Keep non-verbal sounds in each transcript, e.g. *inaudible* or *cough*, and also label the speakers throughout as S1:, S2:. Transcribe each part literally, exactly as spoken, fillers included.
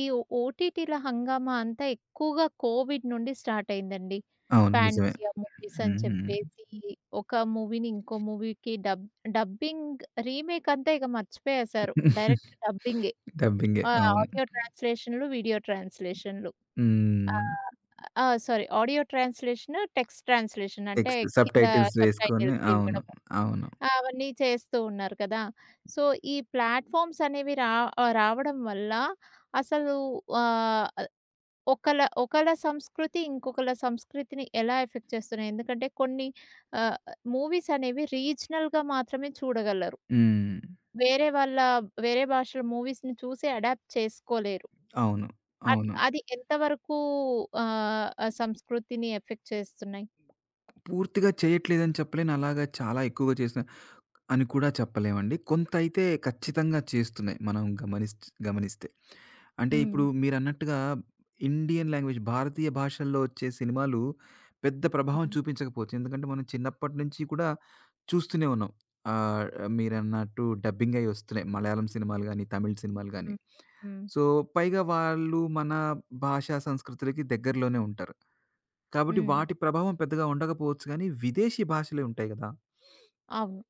S1: ఈ ఓటీటీల హంగామా అంతా ఎక్కువగా కోవిడ్ నుండి స్టార్ట్ అయిందండి.
S2: అవును. నిజమే.
S1: పాండియా మూవీస్ అని
S2: హ్మ్.
S1: చెప్పేసి ఒక మూవీని ఇంకో మూవీకి డబ్ డబ్బింగ్, రీమేక్ అంతా ఇక మర్చిపోయేసారు. డైరెక్ట్ డబ్బింగే.
S2: డబ్బింగే.
S1: ఆహ్,
S2: అవును.
S1: ఆడియో ట్రాన్స్‌లేషన్‌లు, వీడియో ట్రాన్స్‌లేషన్‌లు.
S2: హ్మ్.
S1: ఆహ్, ఆ! Sorry, audio translation, text translation అంటే
S2: టెక్స్ట్
S1: కింద
S2: సబ్‌టైటిల్స్ వేసుకొని
S1: సబ్‌టైటిల్స్
S2: అవును.
S1: ఇవ్వడము.
S2: అవును.
S1: అవన్నీ చేస్తూ ఉన్నారు కదా! సో, ఈ ప్లాట్‌ఫార్మ్స్ అనేవి రా ఆహ్, రావడం వల్ల అసలు ఆహ్ ఒకళ ఒకళ సంస్కృతి, ఇంకొకళ సంస్కృతిని ఎలా ఎఫెక్ట్ చేస్తున్నాయి? ఎందుకంటే కొన్ని ఆహ్, మూవీస్ అనేవి రీజనల్‌గా మాత్రమే చూడగలరు.
S2: హ్మ్.
S1: వేరే వాళ్ళ వేరే భాషల మూవీస్‌ని చూసి అడాప్ట్ చేసుకోలేరు.
S2: అవును.
S1: అట్
S2: అవును.
S1: అది ఎంతవరకు ఆహ్, ఆ సంస్కృతిని ఎఫెక్ట్ చేస్తున్నాయి?
S2: పూర్తిగా చేయట్లేదని చెప్పలేను. అలాగా చాలా ఎక్కువగా చేసిన అని కూడా చెప్పలేమండి. కొంతైతే ఖచ్చితంగా చేస్తున్నాయి మనం గమనిస్ గమనిస్తే. అంటే
S1: హ్మ్.
S2: ఇప్పుడు మీరన్నట్టుగా ఇండియన్ లాంగ్వేజ్ భారతీయ భాషల్లో వచ్చే సినిమాలు పెద్ద ప్రభావం
S1: హ్మ్.
S2: చూపించకపోవచ్చు. ఎందుకంటే మనం చిన్నప్పటి నుంచి కూడా చూస్తూనే ఉన్నాం. ఆహ్, మీరన్నట్టు డబ్బింగ్ అయ్యి వస్తున్నాయి. మలయాళం సినిమాలు గాని, తమిళ్ సినిమాలు గాని.
S1: హ్మ్. హ్మ్.
S2: సో, పైగా వాళ్ళు మన భాషా సంస్కృతులకి దగ్గరలోనే ఉంటారు. కాబట్టి
S1: హ్మ్.
S2: వాటి ప్రభావం పెద్దగా ఉండకపోవచ్చు గానీ, విదేశీ భాషలే ఉంటాయి గదా!
S1: అవును.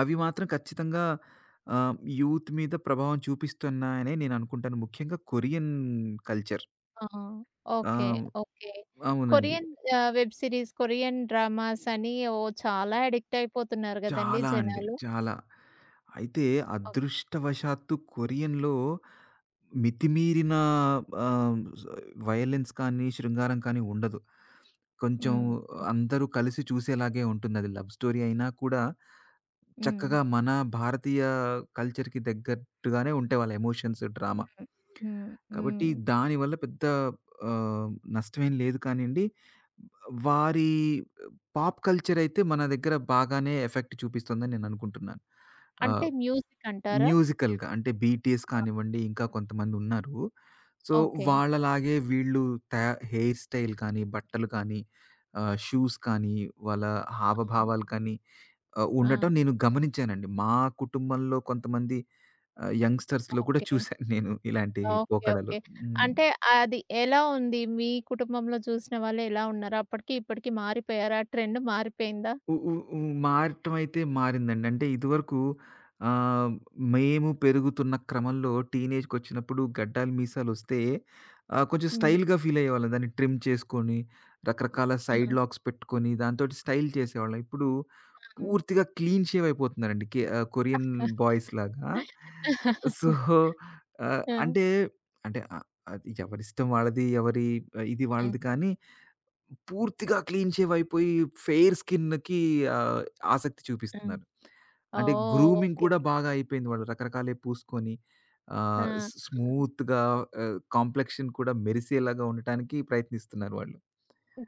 S2: అవి మాత్రం ఖచ్చితంగా ఆహ్, యూత్ మీద ప్రభావం చూపిస్తున్నాయనే నేను అనుకుంటాను. ముఖ్యంగా కొరియన్ కల్చర్.
S1: ఆ!
S2: ఆ!
S1: ఓకే. ఓకే.
S2: అవునండి.
S1: Korean ah, web series, Korean dramas అని ఓహ్! చాలా అడిక్ట్ అయిపోతున్నారు గదండీ
S2: చాలా అండి.
S1: జనాలు.
S2: చాలా. అయితే
S1: ఓహ్!
S2: అదృష్టవశాత్తు కొరియన్‌లో మితిమీరిన ఆహ్, స్ వయలెన్స్ కానీ, శృంగారం కానీ ఉండదు. కొంచెం
S1: హ్మ్.
S2: అందరూ కలిసి చూసేలాగే ఉంటుందది. లవ్ స్టోరీ అయినా కూడా
S1: హ్మ్.
S2: చక్కగా మన భారతీయ కల్చర్‌కి తగ్గట్టుగానే ఉంటాయి వాళ్ళ ఎమోషన్స్, డ్రామా.
S1: హ్మ్. హ్మ్. హ్మ్.
S2: కాబట్టి దానివల్ల పెద్ద ఆహ్, నష్టమేం లేదు కానియండి. వారి పాప్ కల్చర్ అయితే మన దగ్గర బాగానే ఎఫెక్ట్ చూపిస్తుందని నేననుకుంటున్నాను.
S1: అంటే
S2: ఆహ్
S1: మ్యూజిక్ అంటారా?
S2: మ్యూజికల్‌గా అంటే 'బీటీఎస్'
S1: ఆ!
S2: కానివ్వండి, ఇంకా కొంతమందున్నారు. So,
S1: okay.
S2: వాళ్ళలాగే వీళ్ళు తయా హెయిర్ స్టైల్ కానీ, బట్టలు కానీ, ఆహ్, షూస్ కానీ, వాళ్ళ
S1: అవును.
S2: హావభావాలు కానీ ఆహ్,
S1: ఆ!
S2: ఉండటం నేను గమనించానండి. మా కుటుంబంలో కొంతమంది ఆహ్, యంగ్‌స్టర్స్‌లో కూడా
S1: ఓకే.
S2: చూశాను నేను ఇలాంటి
S1: ఓకే.
S2: పోకడలు.
S1: ఓకే.
S2: హ్మ్.
S1: అంటే అది ఎలా ఉంది? మీ కుటుంబంలో చూసిన వాళ్ళు ఎలా ఉన్నారు? అప్పటికి ఇప్పటికి మారిపోయారా? ట్రెండ్ మారిపోయిందా?
S2: ఉ ఉ ఉ మారటం అయితే మారిందండి. అంటే ఇదివరకు ఆహ్, మేము పెరుగుతున్న క్రమంలో టీనేజ్‌కొచ్చినప్పుడు గడ్డాలు, మీసాలొస్తే ఆహ్, కొంచెం
S1: హ్మ్.
S2: స్టైల్‌గా ఫీల్ అయ్యేవాళ్ళం. దాన్ని ట్రిమ్ చేసుకొని, రకరకాల సైడ్
S1: హ్మ్.
S2: లాక్స్ పెట్టుకొని, దాంతోటి స్టైల్ చేసేవాళ్ళం. ఇప్పుడు
S1: హ్మ్.
S2: పూర్తిగా క్లీన్ షేవ్ అయిపోతున్నారండి. కే ఆహ్, కొరియన్ బాయ్స్ లాగా. సో, ఆహ్,
S1: ఆ!
S2: అంటే, అంటే ఆహ్, అది ఎవరిష్టం వాళ్ళది, ఎవరి ఆ, ఇది వాళ్ళది
S1: ఆ!
S2: కానీ పూర్తిగా క్లీన్ షేవ్ అయిపోయి ఫెయిర్ స్కిన్‌కి ఆహ్, ఆసక్తి
S1: ఆ!
S2: చూపిస్తున్నారు. అంటే
S1: ఓహ్!
S2: Grooming
S1: okay.
S2: కూడా బాగా అయిపోయింది. వాళ్ళు రకరకాలవి పూసుకొని
S1: ఆ!
S2: ఆహ్,
S1: ఆ!
S2: స్ స్మూత్‌గా ఆహ్, కాంప్లెక్షన్ కూడా మెరిసేలాగా ఉండటానికి ప్రయత్నిస్తున్నారు వాళ్ళు.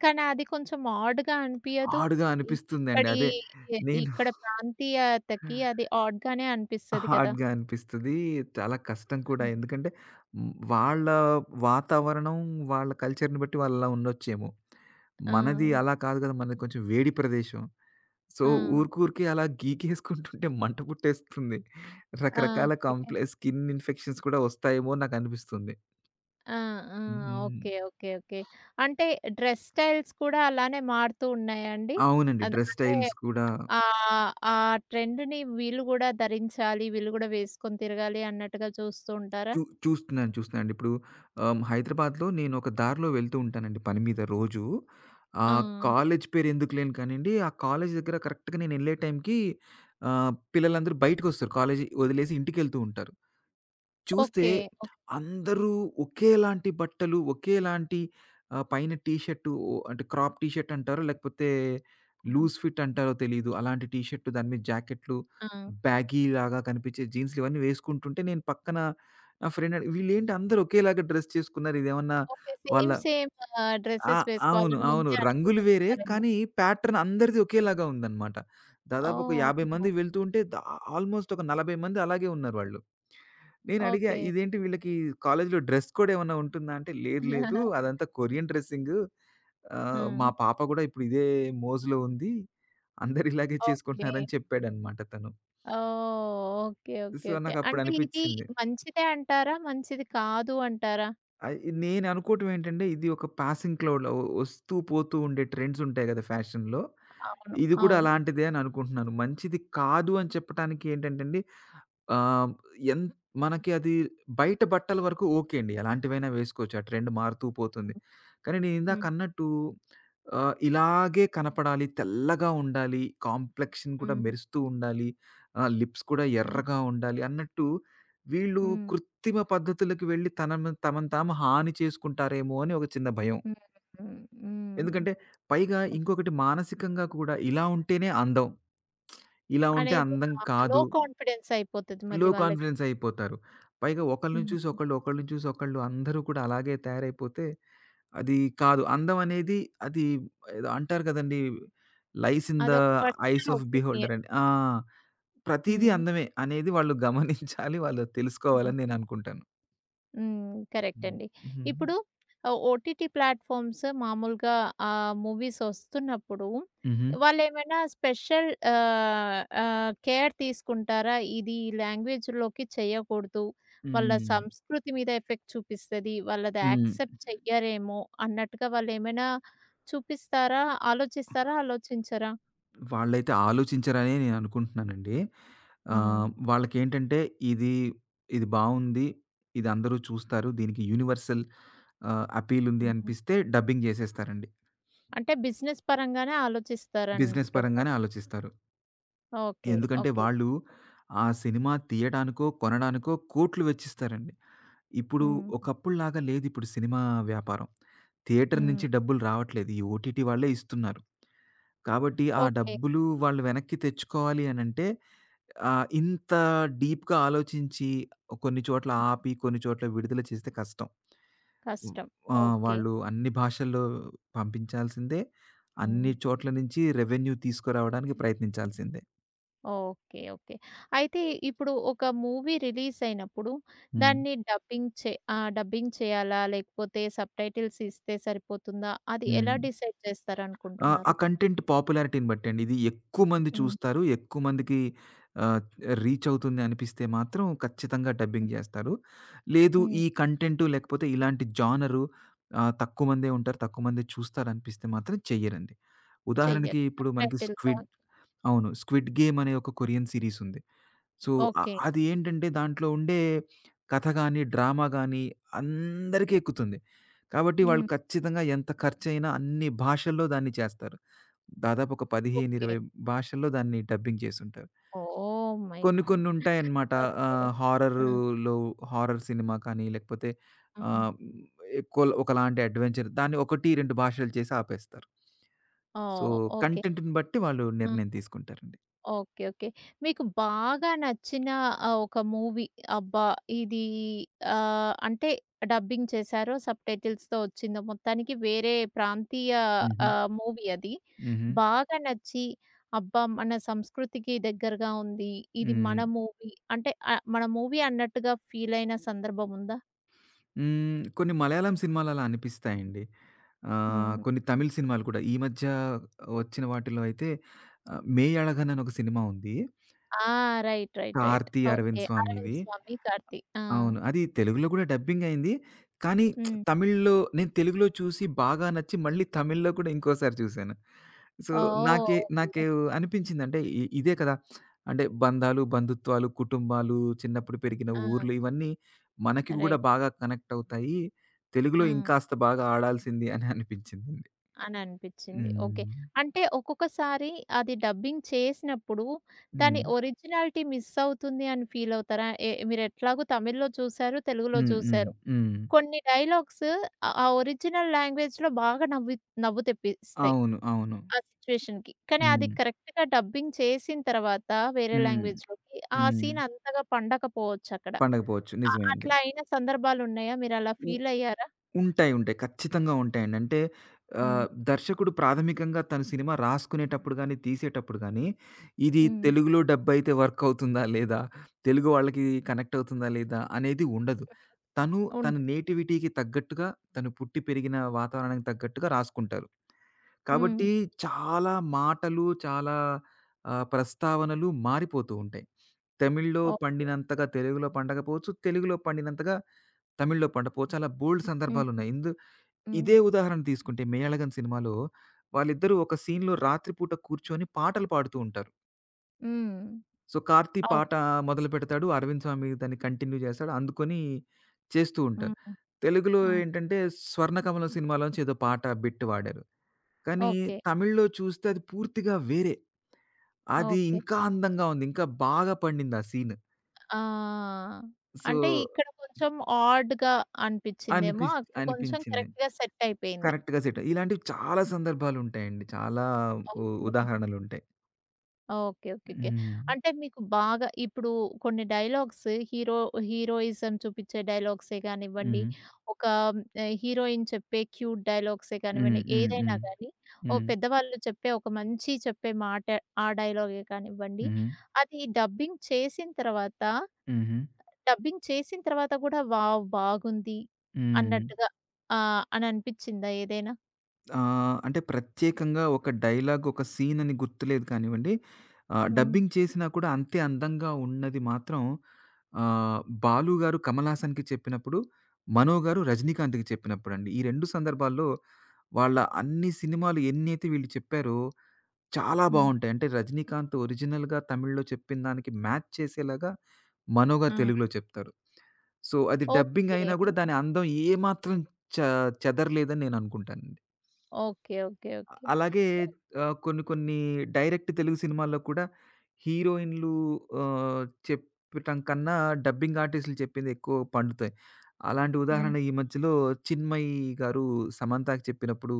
S1: కానీ అది కొంచెం ఆడ్‌గా అనిపియదు?
S2: హార్డ్‌గా
S1: ఇ
S2: అనిపిస్తుందండి.
S1: ఇక్కడి
S2: అదే
S1: ఎ
S2: నేను
S1: ఇక్కడ ప్రాంతీయతకి అది ఆడ్‌గానే అనిపిస్తది కదా!
S2: హార్డ్‌గా అనిపిస్తది. చాలా కష్టం కూడా.
S1: హ్మ్.
S2: ఎందుకంటే హ్మ్, వాళ్ళ వాతావరణం, వాళ్ళ కల్చర్‌ని బట్టి వాళ్ళలా ఉండొచ్చేమో.
S1: ఆ!
S2: మనది అలా కాదు కదా! మనది కొంచెం వేడి ప్రదేశం. సో,
S1: ఆ!
S2: ఊరికూరికే అలా గీకేసుకుంటుంటే మంట పుట్టేస్తుంది.
S1: ఆ!
S2: రకరకాల
S1: ఓకే.
S2: కాంప్లె స్కిన్ ఇన్ఫెక్షన్స్ కూడా వస్తాయేమో అని నాకనిపిస్తుంది.
S1: ఆ! ఆ!
S2: హ్మ్.
S1: ఓకే. ఓకే. ఓకే. అంటే డ్రెస్ స్టైల్స్ కూడా అలానే మారుతూ ఉన్నాయా అండి?
S2: అవునండి.
S1: అద్
S2: డ్రెస్
S1: అంటే
S2: స్టైల్స్ కూడా
S1: ఆహ్, ఆ ట్రెండ్‌ని వీళ్ళు కూడా ధరించాలి, వీళ్ళు కూడా వేసుకొని తిరగాలి అన్నట్టుగా చూస్తూ ఉంటారా?
S2: చూ చూస్తున్నాను, చూస్తున్నానండి. ఇప్పుడు ఆహ్, హైదరాబాద్‌లో నేను ఒక దారిలో వెళ్తూ ఉంటానండి పని మీద రోజూ. ఆ
S1: ఆ!
S2: కాలేజ్ పేరు ఎందుకు లేను కానియండి, ఆ కాలేజ్ దగ్గర కరెక్ట్‌గా నేనెళ్ళే టైంకి ఆహ్, పిల్లలందరూ బయటకొస్తారు. కాలేజీ వదిలేసి ఇంటికెళ్తూ ఉంటారు. చూస్తే
S1: ఓకే. ఓకే.
S2: అందరూ ఒకేలాంటి బట్టలు, ఒకేలాంటి ఆహ్, పైన టీ షర్టు ఓ అంటే క్రాప్ టీ షర్ట్ అంటారో, లేకపోతే
S1: ఆ!
S2: లూజ్ ఫిట్ అంటారో తెలీదు. అలాంటి టీ షర్టు దాని మీద జాకెట్లు,
S1: ఆ!
S2: బ్యాగీలాగా కనిపించే జీన్స్‌లు ఇవన్నీ వేసుకుంటుంటే, నేను పక్కన నా ఫ్రెండ్ అడి వీళ్ళేంటి అందరూ ఒకేలాగా డ్రెస్ చేసుకున్నారు. ఇదేమన్నా
S1: ఓకే.
S2: వాళ్ళ
S1: సేమ్ సేమ్ ఆహ్,
S2: ఆ!
S1: డ్రెసెస్
S2: అవును.
S1: వేసుకోవాలని
S2: అవును.
S1: ముందే అనుకుని
S2: రంగులు వేరే
S1: వస్తారేమో.
S2: కానీ ప్యాటర్న్ అందరిది ఒకేలాగా ఉందన్నమాట. దాదాపు ఒక యాభై
S1: ఓహ్!
S2: మంది వెళ్తూ ఉంటే దా ఆల్‌మోస్ట్ ఒక నలభై మంది అలాగే ఉన్నారు వాళ్ళు. నేనడిగా
S1: ఓకే.
S2: ఇదేంటి వీళ్ళకి కాలేజ్‌లో డ్రెస్ కోడ్ ఏమన్నా ఉంటుందా? అంటే లేదు లేదు
S1: *laughs*
S2: అదంతా కొరియన్ డ్రెస్సింగు. ఆహ్,
S1: హ్మ్.
S2: మా పాప కూడా ఇప్పుడు ఇదే మోజులో ఉంది. అందరు ఇలాగే
S1: ఓకే.
S2: చేసుకుంటున్నారని చెప్పాడన్నమాట తను.
S1: ఓహ్! ఓకే. ఓకే.
S2: So,
S1: okay.
S2: నాకప్పుడు
S1: అంటే ఇది
S2: అనిపిచ్చింది.
S1: మంచిదే అంటారా? మంచిది కాదు అంటారా?
S2: అయ్ నేననుకోవటం ఏంటంటే, ఇది ఒక పాసింగ్ క్లౌడ్‌లా ఒ ఒస్తూ పోతూ ఉండే ట్రెండ్స్ ఉంటాయి గదా! ఫ్యాషన్‌లో.
S1: అవును.
S2: ఇది కూడా
S1: అవును.
S2: అలాంటిదే అని అనుకుంటున్నాను. మంచిది కాదు అని చెప్పటానికి ఏంటంటే అండి, ఆహ్, ఎన్ మనకి అది బయట బట్టల వరకు ఓకే అండి. ఎలాంటివైనా వేసుకోవచ్చు. ఆ ట్రెండ్ మారుతూ పోతుంది. కానీ నేను
S1: హ్మ్.
S2: ఇందాకన్నట్టు ఆహ్, ఇలాగే కనపడాలి, తెల్లగా ఉండాలి, కాంప్లెక్షన్ కూడా
S1: హ్మ్.
S2: మెరుస్తూ ఉండాలి, ఆహ్, లిప్స్ కూడా
S1: హ్మ్.
S2: ఎర్రగా ఉండాలి అన్నట్టు వీళ్ళు
S1: హ్మ్.
S2: కృత్రిమ పద్ధతులకి వెళ్ళి తనను తమను తాము హాని చేసుకుంటారేమో అని ఒక చిన్న భయం.
S1: హ్మ్. హ్మ్. హ్మ్.
S2: ఎందుకంటే పైగా
S1: ఓహ్!
S2: ఇంకొకటి మానసికంగా కూడా ఇలా ఉంటేనే అందం. ఇలా ఉంటే
S1: అనేది
S2: అందం
S1: ఆహ్, లో
S2: కాదు.
S1: కాన్ఫిడెన్స్ అయిపోతది
S2: లో
S1: మళ్ళీ వాళ్ళకి.
S2: కాన్ఫిడెన్స్ అయిపోతారు. పైగా ఒకళ్ళని చూసి
S1: హ్మ్.
S2: ఒకళ్ళు, ఒకళ్ళని చూసి ఒకళ్ళు అందరూ కూడా అలాగే తయారైపోతే అది కాదు. అందం అనేది అది ఏదో అంటారు కదండీ! లైస్ ఇన్ ద
S1: అదొక
S2: eyes
S1: personal
S2: of beholder
S1: opinion.
S2: అని. ఆ! ప్రతీదీ
S1: హ్మ్.
S2: అందమే అనేది వాళ్ళు గమనించాలి. వాళ్ళు తెలుసుకోవాలని
S1: హ్మ్.
S2: నేననుకుంటాను.
S1: హ్మ్. కరెక్ట్
S2: హ్మ్.
S1: అండి.
S2: హ్మ్.
S1: ఇప్పుడు ఆహ్, ఓటీటీ ప్లాట్‌ఫార్మ్స్ మామూలుగా ఆహ్, మూవీస్ వస్తున్నప్పుడు
S2: హుహు.
S1: వాళ్ళేమైనా స్పెషల్ ఆహ్, ఆహ్, కేర్ తీసుకుంటారా? ఇది ఈ లాంగ్వేజ్‌లోకి చేయకూడదు. వాళ్ళ
S2: హ్మ్.
S1: సంస్కృతి మీద ఎఫెక్ట్ చూపిస్తది. వాళ్ళది
S2: హ్మ్.
S1: యాక్సెప్ట్ చెయ్యరేమో అన్నట్టుగా వాళ్ళేమైనా చూపిస్తారా? ఆలోచిస్తారా? ఆలోచించరా?
S2: వాళ్ళైతే ఆలోచించరనే నేననుకుంటున్నానండి.
S1: హ్మ్.
S2: ఆహ్, వాళ్ళకేంటంటే ఇది, ఇది బావుంది. ఇది అందరూ చూస్తారు. దీనికి యూనివర్సల్ ఆహ్, అపీల్ ఉంది
S1: హుహు.
S2: అనిపిస్తే డబ్బింగ్ జేసేస్తారండి.
S1: అంటే బిజినెస్ పరంగానే
S2: బిజినెస్ పరంగానే
S1: ఆలోచిస్తారంటున్నారు.
S2: ఆలోచిస్తారు.
S1: ఓకే.
S2: ఎందుకంటే
S1: ఓకే.
S2: వాళ్ళు ఆ సినిమా తీయడానికో, కొనడానికో కోట్లు వెచ్చిస్తారండి. ఇప్పుడు
S1: హ్మ్.
S2: ఒకప్పుడులాగా లేదిప్పుడు సినిమా వ్యాపారం. థియేటర్
S1: హ్మ్.
S2: నుంచి డబ్బులు రావట్లేదు. ఈ ఓటీటీ వాళ్ళే ఇస్తున్నారు. కాబట్టి ఆ
S1: ఓకే.
S2: డబ్బులు వాళ్ళు వెనక్కి తెచ్చుకోవాలి అనంటే ఆ! ఇంత డీప్‌గా ఆలోచించి కొన్ని చోట్ల ఆపి, కొన్ని చోట్ల విడుదల చేస్తే కష్టం. హ్మ్.
S1: కష్టం.
S2: ఆహ్,
S1: ఓకే.
S2: వాళ్ళు అన్ని భాషల్లో పంపించాల్సిందే.
S1: హ్మ్.
S2: అన్ని చోట్ల నుంచి రెవెన్యూ తీసుకురావడానికి ప్రయత్నించాల్సిందే.
S1: ఓకే. ఓకే. అయితే ఇప్పుడు ఒక మూవీ రిలీజ్ అయినప్పుడు
S2: హ్మ్.
S1: దాన్ని డబ్బింగ్ చే ఆహ్, డబ్బింగ్ చేయాలా? లేకపోతే సబ్‌టైటిల్స్ ఇస్తే సరిపోతుందా? అది
S2: హ్మ్.
S1: ఎలా డిసైడ్
S2: ఆ! ఆ
S1: చేస్తారనుకుంటున్నారు?
S2: కంటెంట్ పాపులారిటీని బట్టండి. ఇది ఎక్కువ మంది
S1: హ్మ్.
S2: చూస్తారు. ఎక్కువ మందికి ఆహ్, రీచ్ అవుతుంది అనిపిస్తే మాత్రం ఖచ్చితంగా డబ్బింగ్
S1: హ్మ్.
S2: జేస్తారు. లేదు
S1: హ్మ్.
S2: ఈ కంటెంటు లేకపోతే ఇలాంటి జానరు ఆహ్, తక్కువ మందే ఉంటారు. తక్కువ మందే చూస్తారనిపిస్తే మాత్రం చెయ్యరండి. ఉదాహరణకి
S1: చెయ్యరు.
S2: ఇప్పుడు మనకి
S1: సబ్‌టైటిల్‌తో
S2: 'స్క్విడ్' అవును. 'స్క్విడ్ గేమ్' అనే ఒక కొరియన్ సీరీస్ ఉంది. So, uh
S1: okay.
S2: అది ఏంటంటే దాంట్లో ఉండే కథ గాని, డ్రామా గాని అందరికీ ఎక్కుతుంది. కాబట్టి వాళ్ళు
S1: హ్మ్.
S2: ఖచ్చితంగా ఎంత ఖర్చయినా అన్ని భాషల్లో దాన్ని చేస్తారు. దాదాపు ఒక పదిహేను,
S1: ఓకే.
S2: ఇరవై భాషల్లో దాన్ని డబ్బింగ్ చేసుంటారు.
S1: ఓహ్ మై
S2: కొన్ని కొన్ని
S1: గాడ్!
S2: ఉంటాయన్నమాట.
S1: ఓకే.
S2: ఆహ్,
S1: ఆ!
S2: హారరులో హారర్ సినిమా కానీ లేకపోతే
S1: అవును.
S2: ఆహ్, ఎక్కువ ఒకలాంటి అడ్వెంచర్ దాన్ని ఒకటి, రెండు భాషలు చేసి ఆపేస్తారు. సో,
S1: ఓహ్! ఓకే.
S2: కంటెంట్‌ని బట్టి వాళ్ళు
S1: ఆ!
S2: నిర్ణయం తీసుకుంటారండి.
S1: ఓకే. ఓకే. మీకు బాగా నచ్చిన ఆహ్, ఒక మూవీ, అబ్బా! ఇది ఆహ్, అంటే డబ్బింగ్ చేశారో, సబ్‌టైటిల్స్‌తో వచ్చిందో, మొత్తానికి వేరే ప్రాంతీయ
S2: హుహు.
S1: ఆహ్, మూవీ అది
S2: హుహు.
S1: బాగా నచ్చి, అబ్బా! మన సంస్కృతికి దగ్గరగా ఉంది, ఇది
S2: హ్మ్.
S1: మన మూవీ అంటే ఆహ్, మన మూవీ అన్నట్టుగా ఫీల్ అయిన సందర్భం ఉందా?
S2: హ్మ్. కొన్ని మలయాళం సినిమాలు అలా అనిపిస్తాయండి. ఆహ్,
S1: హ్మ్.
S2: కొన్ని తమిళ్ సినిమాలు కూడా. ఈ మధ్య వచ్చిన వాటిలో అయితే ఆహ్, 'మేయ్ అళగన్' అని ఒక సినిమా ఉంది.
S1: ఆ! Right. Right. Right.
S2: Karthi
S1: okay.
S2: Arvind స్వామిది.
S1: 'అరవింద్ స్వామి, కార్తీ'. ఆ!
S2: అవును. అది తెలుగులో గూడా డబ్బింగ్ అయింది. కానీ
S1: హ్మ్.
S2: తమిళ్‌లో నేను తెలుగులో చూసి బాగా నచ్చి మళ్ళీ తమిళ్‌లో కూడా ఇంకోసారి చూసాను. సో,
S1: ఓహ్!
S2: నాకే నాకు
S1: ఓకే.
S2: అనిపించిందంటే ఇ ఇదే కదా! అంటే బంధాలు, బంధుత్వాలు, కుటుంబాలు, చిన్నప్పుడు పెరిగిన ఊర్లు
S1: ఆ!
S2: ఇవన్నీ మనకి గూడా
S1: రైట్.
S2: బాగా కనెక్ట్ అవుతాయి. తెలుగులో
S1: ఆ!
S2: ఇంకాస్త బాగా ఆడాల్సింది అని అనిపించిందండి.
S1: అని అనిపిచ్చింది. ఓకే.
S2: హ్మ్.
S1: అంటే ఒక్కొక్కసారి అది డబ్బింగ్ చేసినప్పుడు దాని
S2: హ్మ్.
S1: ఒరిజినాలిటీ మిస్ అవుతుంది అని ఫీల్ అవుతారా? ఎ మీరెట్లాగో తమిళ్‌లో చూసారు, తెలుగులో
S2: హ్మ్. హ్మ్.
S1: చూసారు.
S2: హ్మ్.
S1: కొన్ని డైలాగ్స్ ఆ ఆ ఒరిజినల్ లాంగ్వేజ్‌లో బాగా నవ్వి, నవ్వు తెప్పిస్తాయి
S2: అవును. అవును.
S1: ఆ సిట్యుయేషన్‌కి. కానీ అది
S2: హ్మ్.
S1: కరెక్ట్‌గా డబ్బింగ్ చేసిన తర్వాత వేరే
S2: హ్మ్.
S1: లాంగ్వేజ్‌లోకి ఆ
S2: హ్మ్.
S1: సీన్ అంతగా పండకపోవచ్చక్కడ.
S2: పండగ పోవచ్చు.
S1: అ
S2: నిజమే అండి.
S1: అట్లా అయిన సందర్భాలున్నాయా? మీరలా
S2: ఉ
S1: ఫీల్ అయ్యారా?
S2: ఉంటాయి, ఉంటాయి. ఖచ్చితంగా ఉంటాయండి. అంటే
S1: హ్మ్.
S2: ఆహ్, దర్శకుడు ప్రాథమికంగా తన సినిమా రాసుకునేటప్పుడు గాని, తీసేటప్పుడు గాని, ఇది
S1: హ్మ్.
S2: తెలుగులో డబ్ అయితే వర్క్ అవుతుందా? లేదా? తెలుగు వాళ్ళకి కనెక్ట్ అవుతుందా? లేదా? అనేది ఉండదు. తను తన
S1: ఉండు.
S2: నేటివిటీకి తగ్గట్టుగా, తను పుట్టి పెరిగిన వాతావరణానికి తగ్గట్టుగా రాసుకుంటారు.
S1: హ్మ్.
S2: కాబట్టి చాలా మాటలు, చాలా ఆహ్, ప్రస్తావనలు మారిపోతూ ఉంటాయి. తమిళ్లో
S1: ఓకే.
S2: పండినంతగా తెలుగులో పండకపోవచ్చు. తెలుగులో పండినంతగా తమిళ్‌లో పండపో చాలా బోలెడు
S1: హ్మ్.
S2: సందర్భాలున్నాయి. ఇందు
S1: హ్మ్.
S2: ఇదే ఉదాహరణ తీసుకుంటే 'మేళగన్' సినిమాలో వాళ్ళిద్దరూ ఒక సీన్‌లో రాత్రి పూట కూర్చొని పాటలు పాడుతూ ఉంటారు.
S1: హ్మ్.
S2: సో, కార్తీ పాట
S1: అవును.
S2: మొదలుపెడతాడు. అరవింద్ స్వామి దాన్ని కంటిన్యూ చేస్తాడు. అందుకొని చేస్తూ ఉంటారు.
S1: హ్మ్.
S2: తెలుగులో
S1: ఆ!
S2: ఏంటంటే 'స్వర్ణకమలం' సినిమాలోంచి ఏదో పాట బిట్ వాడారు. కానీ
S1: ఓకే.
S2: తమిళ్‌లో చూస్తే అది పూర్తిగా వేరే. అది
S1: ఓకే.
S2: ఇంకా అందంగా ఉంది. ఇంకా బాగా పండింది ఆ సీన్.
S1: ఆహ్,
S2: సో
S1: అంటే ఇక్కడ కొంచెం ఆడ్‌గా అనిపించిందేమో.
S2: అనిపిస్
S1: అక్కడ కొంచెం
S2: అనిపించింది.
S1: కరెక్ట్‌గా సెట్ అయిపోయింది.
S2: కరెక్ట్‌గా సెట్. ఇలాంటివి చాలా సందర్భాలుంటాయండి. చాలా ఉ
S1: ఓకే.
S2: ఉదాహరణలుంటాయి.
S1: ఓకే. ఓకే. ఓకే.
S2: హ్మ్.
S1: అంటే మీకు బాగా ఇప్పుడు కొన్ని డైలాగ్స్, హీరో హీరోయిజం చూపించే డైలాగ్సే కానివ్వండి,
S2: హ్మ్.
S1: ఒక ఆహ్, హీరోయిన్ చెప్పే క్యూట్ డైలాగ్సే
S2: హ్మ్.
S1: కానివ్వండి,
S2: హ్మ్.
S1: ఏదైనా
S2: హ్మ్.
S1: గానీ ఓ
S2: హ్మ్.
S1: పెద్దవాళ్ళు చెప్పే ఒక మంచి చెప్పే మాట ఆ డైలాగే కానివ్వండి,
S2: హ్మ్.
S1: అది డబ్బింగ్ చేసిన తర్వాత
S2: హుహు.
S1: డబ్బింగ్ చేసిన తర్వాత గూడా వావ్! బాగుంది
S2: హ్మ్.
S1: అన్నట్టుగా ఆహ్, అని అనిపిచ్చిందా ఏదైనా?
S2: ఆహ్, అంటే ప్రత్యేకంగా ఒక డైలాగ్, ఒక సీన్ అని గుర్తులేదు కానివ్వండి. ఆహ్,
S1: హ్మ్.
S2: డబ్బింగ్ చేసినా కూడా అంతే అందంగా ఉన్నది మాత్రం ఆహ్, 'బాలు' గారు 'కమల్ హాసన్‌కి' చెప్పినప్పుడు, 'మనో' గారు 'రజనీకాంత్‌కి' చెప్పినప్పుడండి. ఈ రెండు సందర్భాల్లో వాళ్ళ అన్ని సినిమాలు ఎన్నైతే వీళ్ళు చెప్పారో చాలా
S1: హ్మ్.
S2: బావుంటాయి. అంటే 'రజనీకాంత్' ఒరిజినల్‌గా తమిళ్‌లో చెప్పిన దానికి మ్యాచ్ చేసేలాగా 'మనో' గారు
S1: ఆ!
S2: తెలుగులో చెప్తారు. సో, అది డబ్బింగ్
S1: ఓకే.
S2: అయినా గూడా దాని అందం ఏమాత్రం చ చెదరలేదని నేననుకుంటానండి.
S1: ఓకే. ఓకే.
S2: అ
S1: ఓకే.
S2: అలాగే
S1: ఓహ్!
S2: ఆహ్, కొన్ని కొన్ని డైరెక్ట్ తెలుగు సినిమాల్లో కూడా హీరోయిన్‌లు ఆహ్, చెప్పటం కన్నా డబ్బింగ్ ఆర్టిస్టులు చెప్పింది ఎక్కువ పండుతాయి. అలాంటి
S1: హ్మ్.
S2: ఉదాహరణ ఈ మధ్యలో చిన్మయి గారు సమంతకి చెప్పినప్పుడు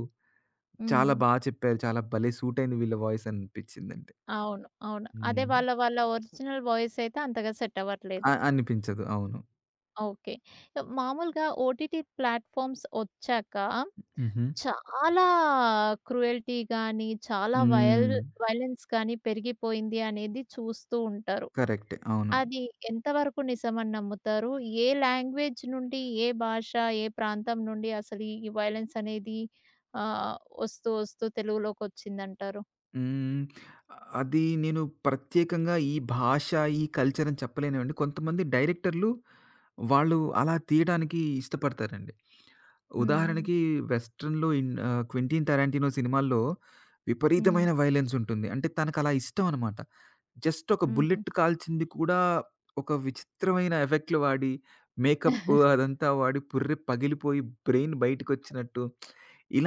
S2: చాలా
S1: హ్మ్.
S2: బా చెప్పారు. చాలా భలే సూట్ అయింది వీళ్ళ వాయిస్ అనిపించిందండి.
S1: అవును. అవును. అదే
S2: హ్మ్.
S1: వాళ్ళ వాళ్ళ ఒరిజినల్ వాయిస్ అయితే అంతగా సెట్ అవ్వట్లేదు.
S2: అ అనిపించదు. అవును.
S1: ఓకే. మామూలుగా ఓటీటీ ప్లాట్‌ఫార్మ్స్ వచ్చాక
S2: హుహు.
S1: చాలా క్రుయల్టీ గాని, చాలా వయల్
S2: హ్మ్.
S1: వయలెన్స్ గాని పెరిగిపోయింది అనేది చూస్తూ ఉంటారు.
S2: కరెక్టే. అవును.
S1: అది ఎంతవరకు నిజమని నమ్ముతారు? ఏ లాంగ్వేజ్ నుండి, ఏ భాష, ఏ ప్రాంతం నుండి అసలు ఈ వయలెన్స్ అనేది ఆహ్, వస్తూ వస్తూ తెలుగులోకొచ్చిందంటారు?
S2: హ్మ్. అది నేను ప్రత్యేకంగా ఈ భాష, ఈ కల్చర్ అని చెప్పలేనివండి. కొంతమంది డైరెక్టర్లు వాళ్ళు అలా తీయడానికి ఇష్టపడతారండి.
S1: హ్మ్.
S2: ఉదాహరణకి వెస్టర్న్‌లో ఇన్ ఆహ్, 'క్వింటీన్ టరాంటినో' సినిమాల్లో
S1: హ్మ్.
S2: విపరీతమైన వయలెన్స్ ఉంటుంది. అంటే తనకలా ఇష్టం అనమాట. జస్ట్ ఒక
S1: హ్మ్.
S2: బుల్లెట్ కాల్చింది కూడా ఒక విచిత్రమైన ఎఫెక్ట్‌లు వాడి, మేకప్
S1: *laughs*
S2: అదంతా వాడి పుర్రె పగిలిపోయి బ్రెయిన్ బయటికొచ్చినట్టు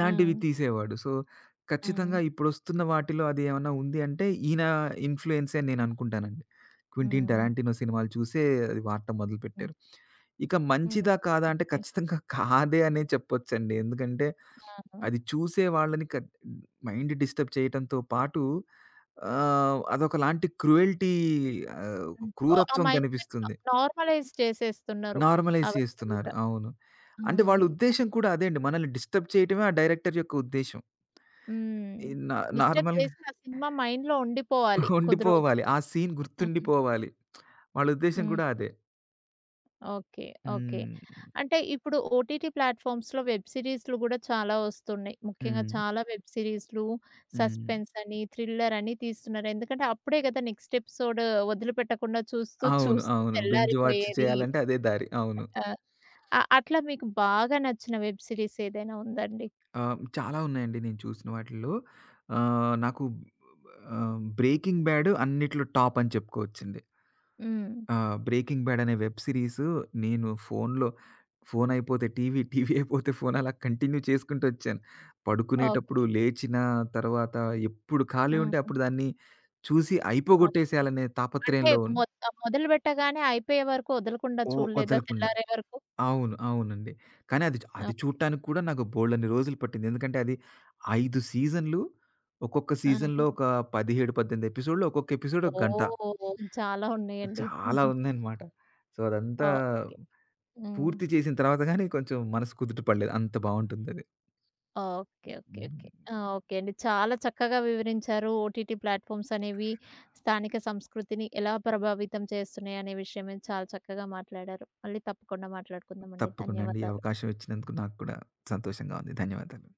S1: ఆ!
S2: తీసేవాడు. సో,
S1: హ్మ్.
S2: ఖచ్చితంగా ఇప్పుడొస్తున్న వాటిలో అది ఏమన్నా ఉంది అంటే ఈయన ఇన్‌ఫ్లూయెన్సే అని నేననుకుంటానండి. 'క్వింటీన్
S1: హ్మ్.
S2: టరాంటినో' సినిమాలు చూసే అది వాడటం
S1: హ్మ్.
S2: మొదలుపెట్టారు. ఇక
S1: హ్మ్.
S2: మంచిదా? కాదా? అంటే
S1: ఓకే.
S2: ఖచ్చితంగా కాదే అనే చెప్పొచ్చండి. ఎందుకంటే
S1: ఆ!
S2: అది చూసే వాళ్ళని కద్ మైండ్ డిస్టర్బ్ చేయటంతో పాటు ఆహ్, అదొకలాంటి క్రూయల్టీ ఆహ్,
S1: హ్మ్. ఓహ్! ఆ
S2: క్రూరత్వం
S1: మైండ్‌సెట్ నా
S2: కనిపిస్తుంది.
S1: నార్మలైజ్ చేసేస్తున్నారు.
S2: నార్మలైజ్
S1: అవన్నీ
S2: చేస్తున్నారు.
S1: గూడా.
S2: అవును. అంటే వాళ్ళ
S1: హ్మ్.
S2: ఉద్దేశ్యం కూడా అదే అండి. మనల్ని డిస్టర్బ్ చేయటమే ఆ డైరెక్టర్ యొక్క ఉద్దేశ్యం.
S1: హ్మ్.
S2: ఈ నా
S1: డిస్టర్బ్
S2: నార్మల్‌గా
S1: చేసి ఆ సినిమా మైండ్‌లో ఉండిపోవాలి
S2: *laughs*
S1: కొద్ది రోజులు.
S2: ఉండిపోవాలి. ఆ సీన్
S1: ఆ!
S2: గుర్తుండిపోవాలి. వాళ్ళ ఉద్దేశ్యం
S1: హ్మ్.
S2: కూడా అదే.
S1: ఓకే. ఓకే.
S2: హ్మ్.
S1: అంటే ఇప్పుడు ఓటీటీ ప్లాట్‌ఫామ్స్‌లో వెబ్ సీరీస్‌లు గూడా చాలా వస్తున్నాయి. ముఖ్యంగా
S2: హ్మ్.
S1: చాలా వెబ్ సీరీస్‌లు
S2: హ్మ్.
S1: సస్పెన్స్ అని, థ్రిల్లర్ అని తీస్తున్నారు. ఎందుకంటే అప్పుడే గదా నెక్స్ట్ ఎపిసోడ్ వదిలిపెట్టకుండా చూస్తూ
S2: అవును.
S1: చూస్తూ
S2: అవును. బింజ్ వాచ్
S1: తెల్లారిపోయేది.
S2: చేయాలంటే అదే దారి. అవును.
S1: ఆ! అ అట్లా మీకు బాగా నచ్చిన వెబ్ సీరీస్ ఏదైనా ఉందండి?
S2: ఆహ్, చాలా ఉన్నాయండి నేను చూసిన వాటిల్లో. ఆహ్, నాకు ఆహ్, 'బ్రేకింగ్ బ్యాడ్' అన్నిట్లో టాప్ అని చెప్పుకోవచ్చండి.
S1: హ్మ్.
S2: ఆ! 'బ్రేకింగ్ బ్యాడ్' అనే వెబ్ సీరీస్ నేను ఫోనులో ఫోను అయిపోతే టీవీ, టీవీ అయిపోతే ఫోను అలా కంటిన్యూ చేసుకుంటూ వచ్చాను. పడుకునేటప్పుడు,
S1: ఓకే.
S2: లేచిన తర్వాత ఎప్పుడు ఖాళీ ఉంటే
S1: హ్మ్.
S2: అప్పుడు దాన్ని చూసి
S1: ఓకే.
S2: అయిపోగొట్టేసేయాలనే
S1: అంటే
S2: తాపత్రయంలో ఉన్నా.
S1: మొత్తం మొదలుపెట్టగానే అయిపోయే వరకు వదలకుండా
S2: ఓహ్!
S1: చూడలేదా
S2: వదలకుండా.
S1: తెల్లారే వరకు?
S2: అవును. అవునండి. కానీ అది
S1: ఆ!
S2: అది చూడటానికి కూడా నాకు బోలెడన్ని రోజులు పట్టింది. ఎందుకంటే అది అయిదు సీజన్‌లు. ఒక్కొక్క సీజన్‌లో
S1: ఆ!
S2: ఒక పదిహేడు, పద్దెనిమిది ఎపిసోడ్‌లు. ఒక్కొక్క ఎపిసోడ్ ఒక గంట.
S1: ఓహ్! చాలా ఉన్నాయండి.
S2: చాలా
S1: *laughs*
S2: ఉందన్నమాట. సో, అదంతా
S1: ఓకే. హ్మ్.
S2: పూర్తి చేసిన తర్వాత గానీ కొంచెం మనసు కుదుట పడలేదు. అంత బావుంటుందది.
S1: ఓకే. ఓకే.
S2: హ్మ్.
S1: ఓకే. ఆ! ఓకే అండి. చాలా చక్కగా వివరించారు. ఓటీటీ ప్లాట్‌ఫామ్స్ అనేవి స్థానిక సంస్కృతిని ఎలా ప్రభావితం చేస్తున్నాయి అనే విషయం మీద చాలా చక్కగా మాట్లాడారు. మళ్ళీ తప్పకుండా మాట్లాడుకుందామండి.
S2: తప్పకుండా అండి. ఈ
S1: ధన్యవాదాలు.
S2: అవకాశం ఇచ్చినందుకు నాకు కూడా సంతోషంగా ఉంది. ధన్యవాదాలు.